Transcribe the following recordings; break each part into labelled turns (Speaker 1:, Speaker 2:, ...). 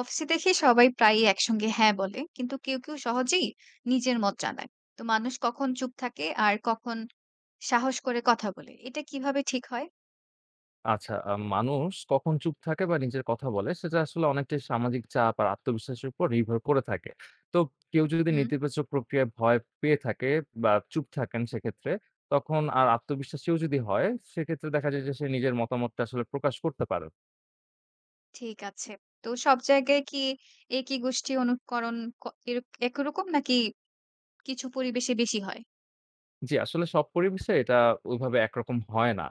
Speaker 1: অফিসে দেখি সবাই প্রায়ই একসঙ্গে হ্যাঁ বলে, কিন্তু কেউ কেউ সহজেই নিজের মত জানায়। তো মানুষ কখন চুপ থাকে আর কখন সাহস করে কথা বলে, এটা কিভাবে ঠিক হয়?
Speaker 2: আচ্ছা, মানুষ কখন চুপ থাকে বা নিজের কথা বলে সেটা আসলে অনেকটাই সামাজিক চাপ আর আত্মবিশ্বাসের উপর নির্ভর করে থাকে। তো কেউ যদি
Speaker 1: হুম।
Speaker 2: নেতিবাচক প্রক্রিয়ায় ভয় পেয়ে থাকে বা চুপ থাকেন সেক্ষেত্রে তখন আর আত্মবিশ্বাসীও যদি হয় সেক্ষেত্রে দেখা যায় যে সে নিজের মতামতটা আসলে প্রকাশ করতে পারে।
Speaker 1: ঠিক আছে, তো সব জায়গায় কি একই গোষ্ঠী অনুকরণ একরকম, নাকি কিছু পরিবেশে বেশি হয়?
Speaker 2: জি, আসলে সব পরিবেশে এটা ওইভাবে একরকম হয় না।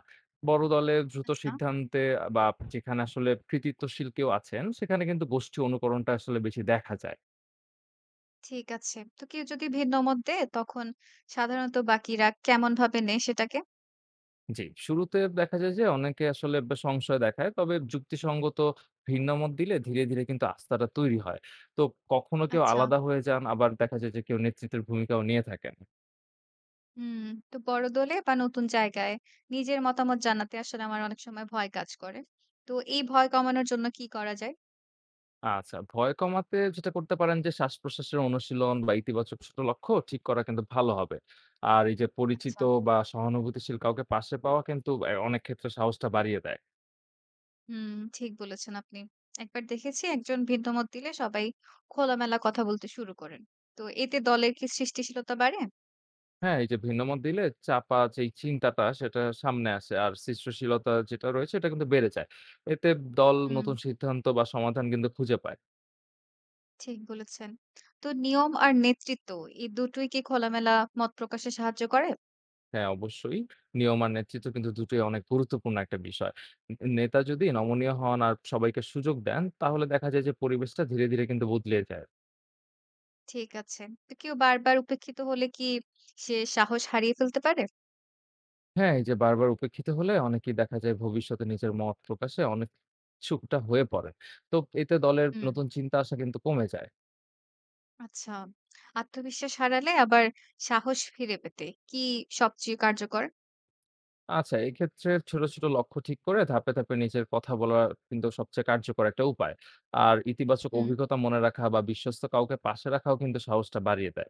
Speaker 2: বড় দলে দ্রুত
Speaker 1: আচ্ছা।
Speaker 2: সিদ্ধান্তে বা যেখানে আসলে কৃতিত্বশীল কেউ আছেন সেখানে কিন্তু গোষ্ঠী অনুকরণটা আসলে বেশি দেখা যায়।
Speaker 1: ঠিক আছে, তো কেউ যদি ভিন্ন মত দেয়, তখন সাধারণত বাকিরা কেমন ভাবে নেয় সেটাকে?
Speaker 2: জি, শুরুতে দেখা যায় যে অনেকে আসলে বা সংশয় দেখায়। তবে যুক্তিসঙ্গত ভিন্ন মত দিলে ধীরে, ধীরে কিন্তু আস্থাটা তৈরি হয়। তো কখনো কেউ
Speaker 1: আচ্ছা।
Speaker 2: আলাদা হয়ে যান, আবার দেখা যায় যে কেউ নেতৃত্বের ভূমিকাও নিয়ে থাকেন।
Speaker 1: হুম, তো বড় দলে বা নতুন জায়গায় নিজের মতামত জানাতে আসলে আমার অনেক সময় ভয় কাজ করে। তো এই ভয় কমানোর জন্য কি করা যায়?
Speaker 2: আচ্ছা, ভয় কমাতে যেটা করতে পারেন যে শ্বাসপ্রশ্বাসের অনুশীলন বা ইতিবাচক ছোট লক্ষ্য ঠিক করা কিন্তু ভালো হবে। আর এই যে পরিচিত
Speaker 1: আচ্ছা।
Speaker 2: বা সহানুভূতিশীল কাউকে পাশে পাওয়া কিন্তু অনেক ক্ষেত্রে সাহসটা বাড়িয়ে দেয়।
Speaker 1: হুম, ঠিক বলেছেন আপনি। একবার দেখেছি একজন ভিন্ন মত দিলে সবাই খোলামেলা কথা বলতে শুরু করেন। তো এতে দলের কি সৃষ্টিশীলতা বাড়ে?
Speaker 2: হ্যাঁ, এই যে ভিন্নমত দিলে চাপা যেই চিন্তাটা সেটা সামনে আসে। আর সৃষ্টিশীলতা যেটা রয়েছে এটা কিন্তু বেড়ে যায়। এতে দল
Speaker 1: হুম,
Speaker 2: নতুন সিদ্ধান্ত বা সমাধান কিন্তু খুঁজে পায়।
Speaker 1: ঠিক বলেছেন। তো নিয়ম আর নেতৃত্ব, এই দুটোই কি খোলামেলা মত প্রকাশে সাহায্য করে?
Speaker 2: হ্যাঁ, অবশ্যই নিয়ম আর নেতৃত্ব কিন্তু দুটোই অনেক গুরুত্বপূর্ণ একটা বিষয়। ন নেতা যদি নমনীয় হন আর সবাইকে সুযোগ দেন তাহলে দেখা যায় যে পরিবেশটা ধীরে, ধীরে কিন্তু বদলে যায়।
Speaker 1: ঠিক আছে। তো কেউ বারবার উপেক্ষিত হলে কি সে সাহস হারিয়ে ফেলতে পারে?
Speaker 2: হ্যাঁ, এই যে বারবার উপেক্ষিত হলে অনেকেই দেখা যায় ভবিষ্যতে নিজের মত প্রকাশে অনেক ইচ্ছুকটা হয়ে পড়ে। তো এতে দলের
Speaker 1: হুম।
Speaker 2: নতুন চিন্তা আসা কিন্তু কমে যায়।
Speaker 1: আচ্ছা। আত্মবিশ্বাস হারালে আবার সাহস ফিরে পেতে কি সবচেয়ে কার্যকর?
Speaker 2: আচ্ছা, এক্ষেত্রে ছোট, ছোট লক্ষ্য ঠিক করে ধাপে, ধাপে নিজের কথা বলা কিন্তু সবচেয়ে কার্যকর একটা উপায়। আর ইতিবাচক
Speaker 1: হুম।
Speaker 2: অভিজ্ঞতা মনে রাখা বা বিশ্বস্ত কাউকে পাশে রাখাও কিন্তু সাহসটা বাড়িয়ে দেয়।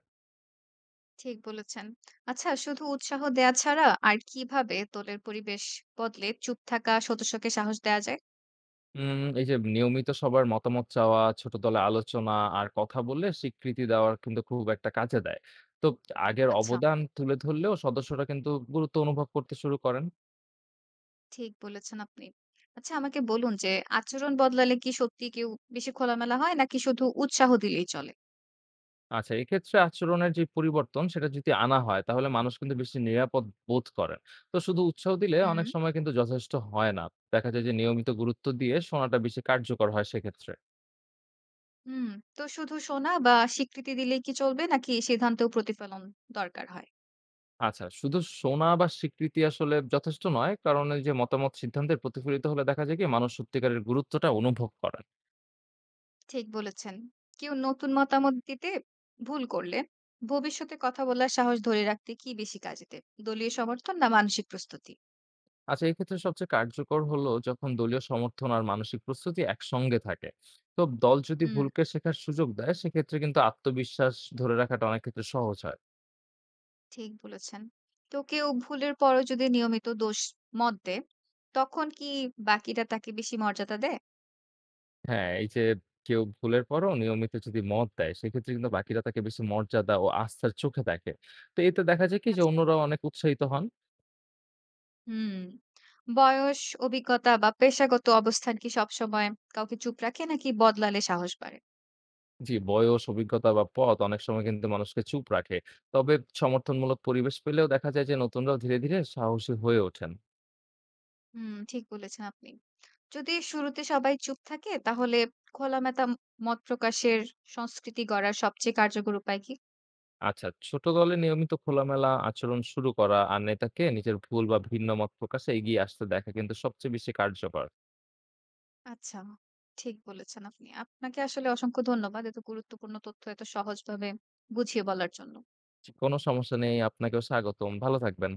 Speaker 1: ঠিক বলেছেন। আচ্ছা, শুধু উৎসাহ দেয়া ছাড়া আর কিভাবে দলের পরিবেশ বদলে চুপ থাকা সদস্যকে সাহস দেয়া যায়?
Speaker 2: এই যে নিয়মিত সবার মতামত চাওয়া, ছোট দলে আলোচনা আর কথা বললে স্বীকৃতি দেওয়ার কিন্তু খুব একটা কাজে দেয়। তো আগের
Speaker 1: আচ্ছা,
Speaker 2: অবদান তুলে ধরলেও সদস্যরা কিন্তু গুরুত্ব অনুভব করতে শুরু করেন।
Speaker 1: ঠিক বলেছেন আপনি। আচ্ছা, আমাকে বলুন যে আচরণ বদলালে কি সত্যি কেউ বেশি খোলামেলা হয়, নাকি শুধু উৎসাহ দিলেই চলে?
Speaker 2: আচ্ছা, এক্ষেত্রে আচরণের যে পরিবর্তন সেটা যদি আনা হয় তাহলে মানুষ কিন্তু বেশি নিরাপদ বোধ করেন। তো শুধু উৎসাহ দিলে
Speaker 1: হুম।
Speaker 2: অনেক সময় কিন্তু যথেষ্ট হয় না। দেখা যায় যে নিয়মিত গুরুত্ব দিয়ে শোনাটা বেশি কার্যকর হয় সেক্ষেত্রে।
Speaker 1: হুম, তো শুধু শোনা বা স্বীকৃতি দিলেই কি চলবে, নাকি সিদ্ধান্তেও প্রতিফলন দরকার হয়?
Speaker 2: আচ্ছা, শুধু শোনা বা স্বীকৃতি আসলে যথেষ্ট নয়। কারণ এই যে মতামত সিদ্ধান্তের প্রতিফলিত হলে দেখা যায় কি মানুষ সত্যিকারের গুরুত্বটা অনুভব করেন।
Speaker 1: ঠিক বলেছেন। কেউ নতুন মতামত দিতে ভুল করলে ভবিষ্যতে কথা বলার সাহস ধরে রাখতে কি বেশি কাজে দেয়? দলীয় সমর্থন না মানসিক প্রস্তুতি?
Speaker 2: আচ্ছা, এক্ষেত্রে সবচেয়ে কার্যকর হলো যখন দলীয় সমর্থন আর মানসিক প্রস্তুতি একসঙ্গে থাকে। তো দল যদি
Speaker 1: হুম।
Speaker 2: ভুলকে শেখার সুযোগ দেয় সেক্ষেত্রে কিন্তু আত্মবিশ্বাস ধরে রাখাটা অনেক ক্ষেত্রে সহজ হয়।
Speaker 1: ঠিক বলেছেন। তো কেউ ভুলের পরও যদি নিয়মিত দোষ মত দেয়, তখন কি বাকিরা তাকে বেশি মর্যাদা দেয়?
Speaker 2: হ্যাঁ, এই যে কেউ ভুলের পরও নিয়মিত যদি মত দেয়, সেক্ষেত্রে কিন্তু বাকিরা তাকে বেশি মর্যাদা ও আস্থার চোখে দেখে। তো এতে দেখা যায় কি যে
Speaker 1: আচ্ছা।
Speaker 2: অন্যরাও অনেক উৎসাহিত হন।
Speaker 1: হুম। বয়স, অভিজ্ঞতা বা পেশাগত অবস্থান কি সবসময় কাউকে চুপ রাখে, নাকি বদলালে সাহস বাড়ে?
Speaker 2: জি, বয়স, অভিজ্ঞতা বা পথ অনেক সময় কিন্তু মানুষকে চুপ রাখে। তবে সমর্থনমূলক পরিবেশ পেলেও দেখা যায় যে নতুনরাও ধীরে, ধীরে সাহসী হয়ে ওঠেন।
Speaker 1: হুম, ঠিক বলেছেন আপনি। যদি শুরুতে সবাই চুপ থাকে, তাহলে খোলামেতা মত প্রকাশের সংস্কৃতি গড়ার সবচেয়ে কার্যকর উপায় কি?
Speaker 2: আচ্ছা, ছোট দলে নিয়মিত খোলামেলা আচরণ শুরু করা আর নেতাকে নিজের ভুল বা ভিন্ন মত প্রকাশে এগিয়ে আসতে দেখা কিন্তু সবচেয়ে বেশি কার্যকর।
Speaker 1: আচ্ছা, ঠিক বলেছেন আপনি। আপনাকে আসলে অসংখ্য ধন্যবাদ এত গুরুত্বপূর্ণ তথ্য এত সহজভাবে বুঝিয়ে বলার জন্য।
Speaker 2: কোনো সমস্যা নেই, আপনাকেও স্বাগতম। ভালো থাকবেন।